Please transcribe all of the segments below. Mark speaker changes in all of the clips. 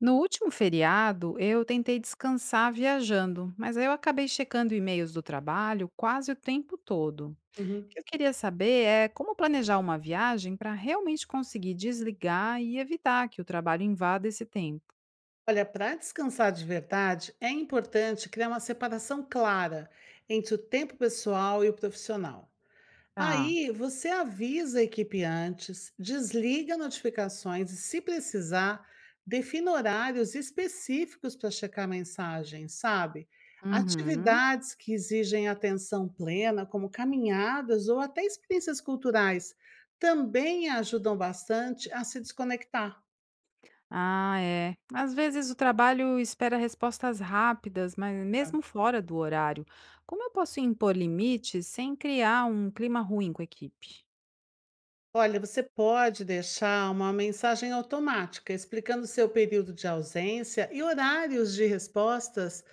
Speaker 1: No último feriado, eu tentei descansar viajando, mas aí eu acabei checando e-mails do trabalho quase o tempo todo. O
Speaker 2: Uhum.
Speaker 1: que eu queria saber é como planejar uma viagem para realmente conseguir desligar e evitar que o trabalho invada esse tempo.
Speaker 2: Olha, para descansar de verdade, é importante criar uma separação clara entre o tempo pessoal e o profissional.
Speaker 1: Tá.
Speaker 2: Aí você avisa a equipe antes, desliga notificações e, se precisar, defina horários específicos para checar mensagens, sabe?
Speaker 1: Uhum.
Speaker 2: Atividades que exigem atenção plena, como caminhadas ou até experiências culturais, também ajudam bastante a se desconectar.
Speaker 1: Ah, é. Às vezes o trabalho espera respostas rápidas, mas mesmo fora do horário. Como eu posso impor limites sem criar um clima ruim com a equipe?
Speaker 2: Olha, você pode deixar uma mensagem automática explicando seu período de ausência e horários de respostas,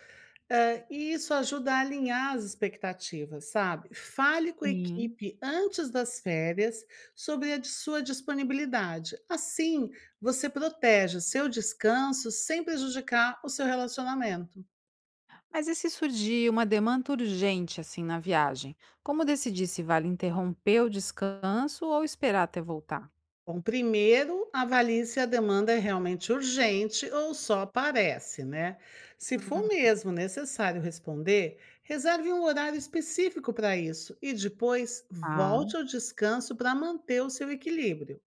Speaker 2: e isso ajuda a alinhar as expectativas, sabe? Fale com a
Speaker 1: Sim.
Speaker 2: equipe antes das férias sobre a de sua disponibilidade. Assim, você protege seu descanso sem prejudicar o seu relacionamento.
Speaker 1: Mas e se surgir uma demanda urgente assim na viagem? Como decidir se vale interromper o descanso ou esperar até voltar?
Speaker 2: Bom, primeiro, avalie se a demanda é realmente urgente ou só parece, né? Se for
Speaker 1: Hum,
Speaker 2: mesmo necessário responder, reserve um horário específico para isso e depois volte
Speaker 1: tá.
Speaker 2: ao descanso para manter o seu equilíbrio.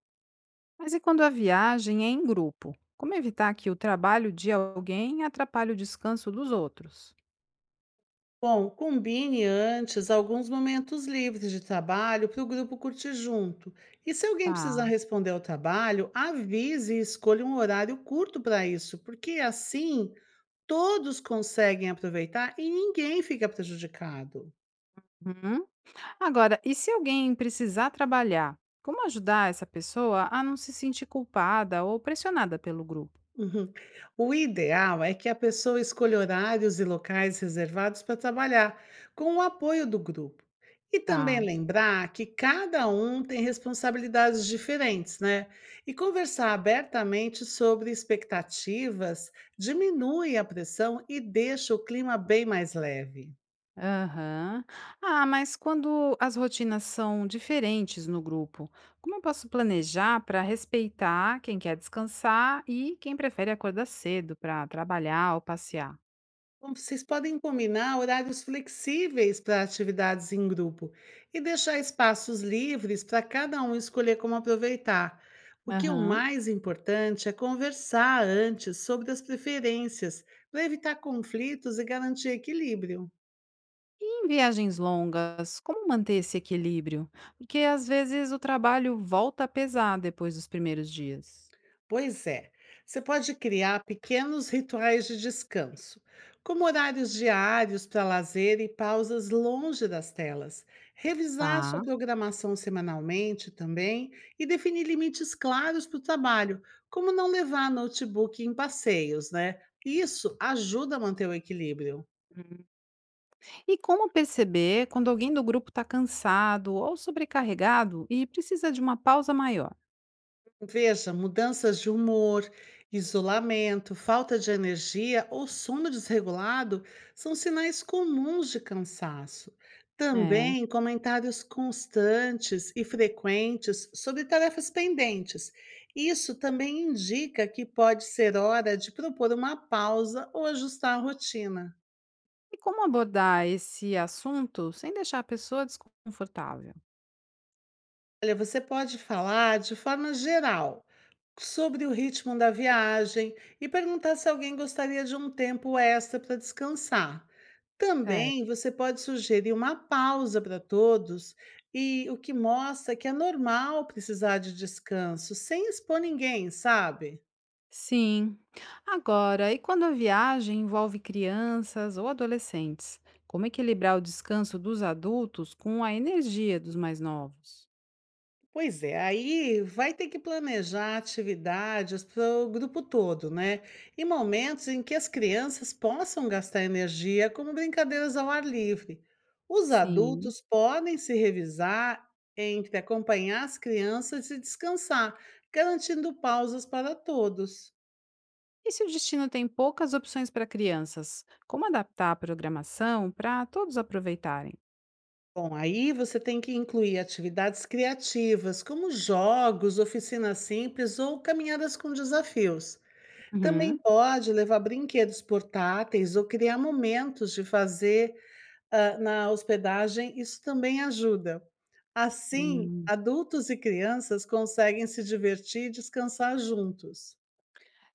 Speaker 1: Mas e quando a viagem é em grupo? Como evitar que o trabalho de alguém atrapalhe o descanso dos outros?
Speaker 2: Bom, combine antes alguns momentos livres de trabalho para o grupo curtir junto. E se alguém precisar
Speaker 1: Tá.
Speaker 2: responder ao trabalho, avise e escolha um horário curto para isso, porque assim todos conseguem aproveitar e ninguém fica prejudicado.
Speaker 1: Uhum. Agora, e se alguém precisar trabalhar? Como ajudar essa pessoa a não se sentir culpada ou pressionada pelo grupo?
Speaker 2: Uhum. O ideal é que a pessoa escolha horários e locais reservados para trabalhar, com o apoio do grupo. E também
Speaker 1: Tá.
Speaker 2: lembrar que cada um tem responsabilidades diferentes, né? E conversar abertamente sobre expectativas diminui a pressão e deixa o clima bem mais leve.
Speaker 1: Aham. Ah, mas quando as rotinas são diferentes no grupo, como eu posso planejar para respeitar quem quer descansar e quem prefere acordar cedo para trabalhar ou passear?
Speaker 2: Bom, vocês podem combinar horários flexíveis para atividades em grupo e deixar espaços livres para cada um escolher como aproveitar. O que é o
Speaker 1: Aham.
Speaker 2: mais importante é conversar antes sobre as preferências, para evitar conflitos e garantir equilíbrio.
Speaker 1: E em viagens longas, como manter esse equilíbrio? Porque às vezes o trabalho volta a pesar depois dos primeiros dias.
Speaker 2: Pois é, você pode criar pequenos rituais de descanso, como horários diários para lazer e pausas longe das telas. Revisar sua
Speaker 1: Tá.
Speaker 2: programação semanalmente também e definir limites claros para o trabalho, como não levar notebook em passeios, né? Isso ajuda a manter o equilíbrio.
Speaker 1: Hum. E como perceber quando alguém do grupo está cansado ou sobrecarregado e precisa de uma pausa maior?
Speaker 2: Veja, mudanças de humor, isolamento, falta de energia ou sono desregulado são sinais comuns de cansaço.
Speaker 1: É.
Speaker 2: Também comentários constantes e frequentes sobre tarefas pendentes. Isso também indica que pode ser hora de propor uma pausa ou ajustar a rotina.
Speaker 1: E como abordar esse assunto sem deixar a pessoa desconfortável?
Speaker 2: Olha, você pode falar de forma geral, sobre o ritmo da viagem e perguntar se alguém gostaria de um tempo extra para descansar.
Speaker 1: É.
Speaker 2: Também você pode sugerir uma pausa para todos, e o que mostra que é normal precisar de descanso, sem expor ninguém, sabe?
Speaker 1: Sim. Agora, e quando a viagem envolve crianças ou adolescentes? Como equilibrar o descanso dos adultos com a energia dos mais novos?
Speaker 2: Pois é, aí vai ter que planejar atividades para o grupo todo, né? E momentos em que as crianças possam gastar energia, como brincadeiras ao ar livre. Os
Speaker 1: Sim.
Speaker 2: adultos podem se revisar entre acompanhar as crianças e descansar, garantindo pausas para todos.
Speaker 1: E se o destino tem poucas opções para crianças? Como adaptar a programação para todos aproveitarem?
Speaker 2: Bom, aí você tem que incluir atividades criativas, como jogos, oficinas simples ou caminhadas com desafios. Também
Speaker 1: Uhum.
Speaker 2: pode levar brinquedos portáteis ou criar momentos de fazer, na hospedagem, isso também ajuda. Assim,
Speaker 1: Hum.
Speaker 2: adultos e crianças conseguem se divertir e descansar juntos.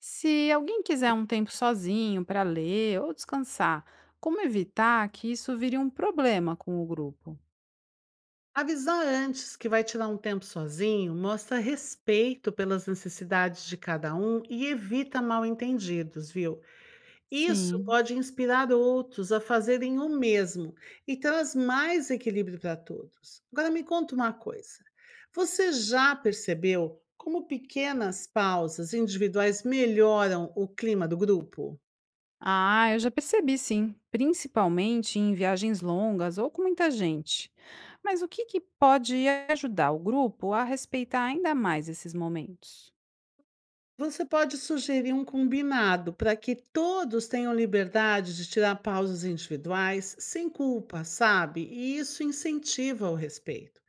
Speaker 1: Se alguém quiser um tempo sozinho para ler ou descansar, como evitar que isso vire um problema com o grupo?
Speaker 2: Avisar antes que vai tirar um tempo sozinho mostra respeito pelas necessidades de cada um e evita mal-entendidos, viu? Isso
Speaker 1: Sim.
Speaker 2: pode inspirar outros a fazerem o mesmo e traz mais equilíbrio para todos. Agora me conta uma coisa: você já percebeu como pequenas pausas individuais melhoram o clima do grupo?
Speaker 1: Ah, eu já percebi sim, principalmente em viagens longas ou com muita gente. Mas o que pode ajudar o grupo a respeitar ainda mais esses momentos?
Speaker 2: Você pode sugerir um combinado para que todos tenham liberdade de tirar pausas individuais sem culpa, sabe? E isso incentiva o respeito.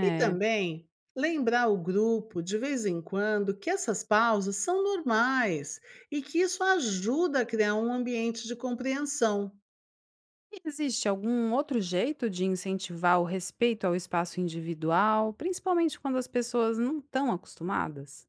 Speaker 2: E também lembrar o grupo, de vez em quando, que essas pausas são normais e que isso ajuda a criar um ambiente de compreensão.
Speaker 1: E existe algum outro jeito de incentivar o respeito ao espaço individual, principalmente quando as pessoas não estão acostumadas?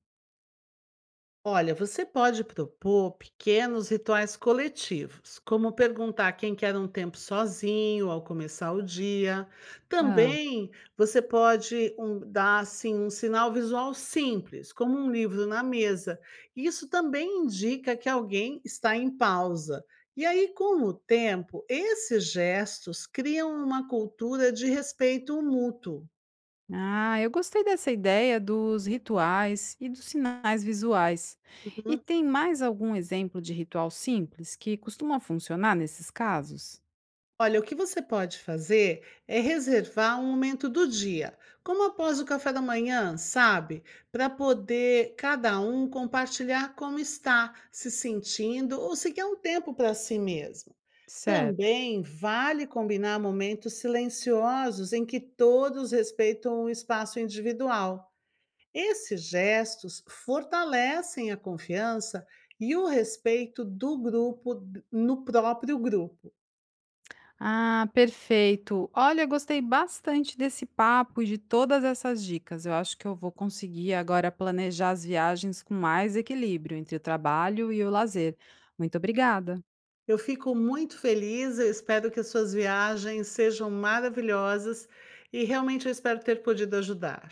Speaker 2: Olha, você pode propor pequenos rituais coletivos, como perguntar quem quer um tempo sozinho ao começar o dia. Também você pode dar assim, um sinal visual simples, como um livro na mesa. Isso também indica que alguém está em pausa. E aí, com o tempo, esses gestos criam uma cultura de respeito mútuo.
Speaker 1: Ah, eu gostei dessa ideia dos rituais e dos sinais visuais. E
Speaker 2: Uhum.
Speaker 1: tem mais algum exemplo de ritual simples que costuma funcionar nesses casos?
Speaker 2: Olha, o que você pode fazer é reservar um momento do dia, como após o café da manhã, sabe? Para poder cada um compartilhar como está se sentindo ou se quer um tempo para si mesmo.
Speaker 1: Certo.
Speaker 2: Também vale combinar momentos silenciosos em que todos respeitam o espaço individual. Esses gestos fortalecem a confiança e o respeito no próprio grupo.
Speaker 1: Ah, perfeito. Olha, gostei bastante desse papo e de todas essas dicas. Eu acho que eu vou conseguir agora planejar as viagens com mais equilíbrio entre o trabalho e o lazer. Muito obrigada.
Speaker 2: Eu fico muito feliz, eu espero que as suas viagens sejam maravilhosas e realmente eu espero ter podido ajudar.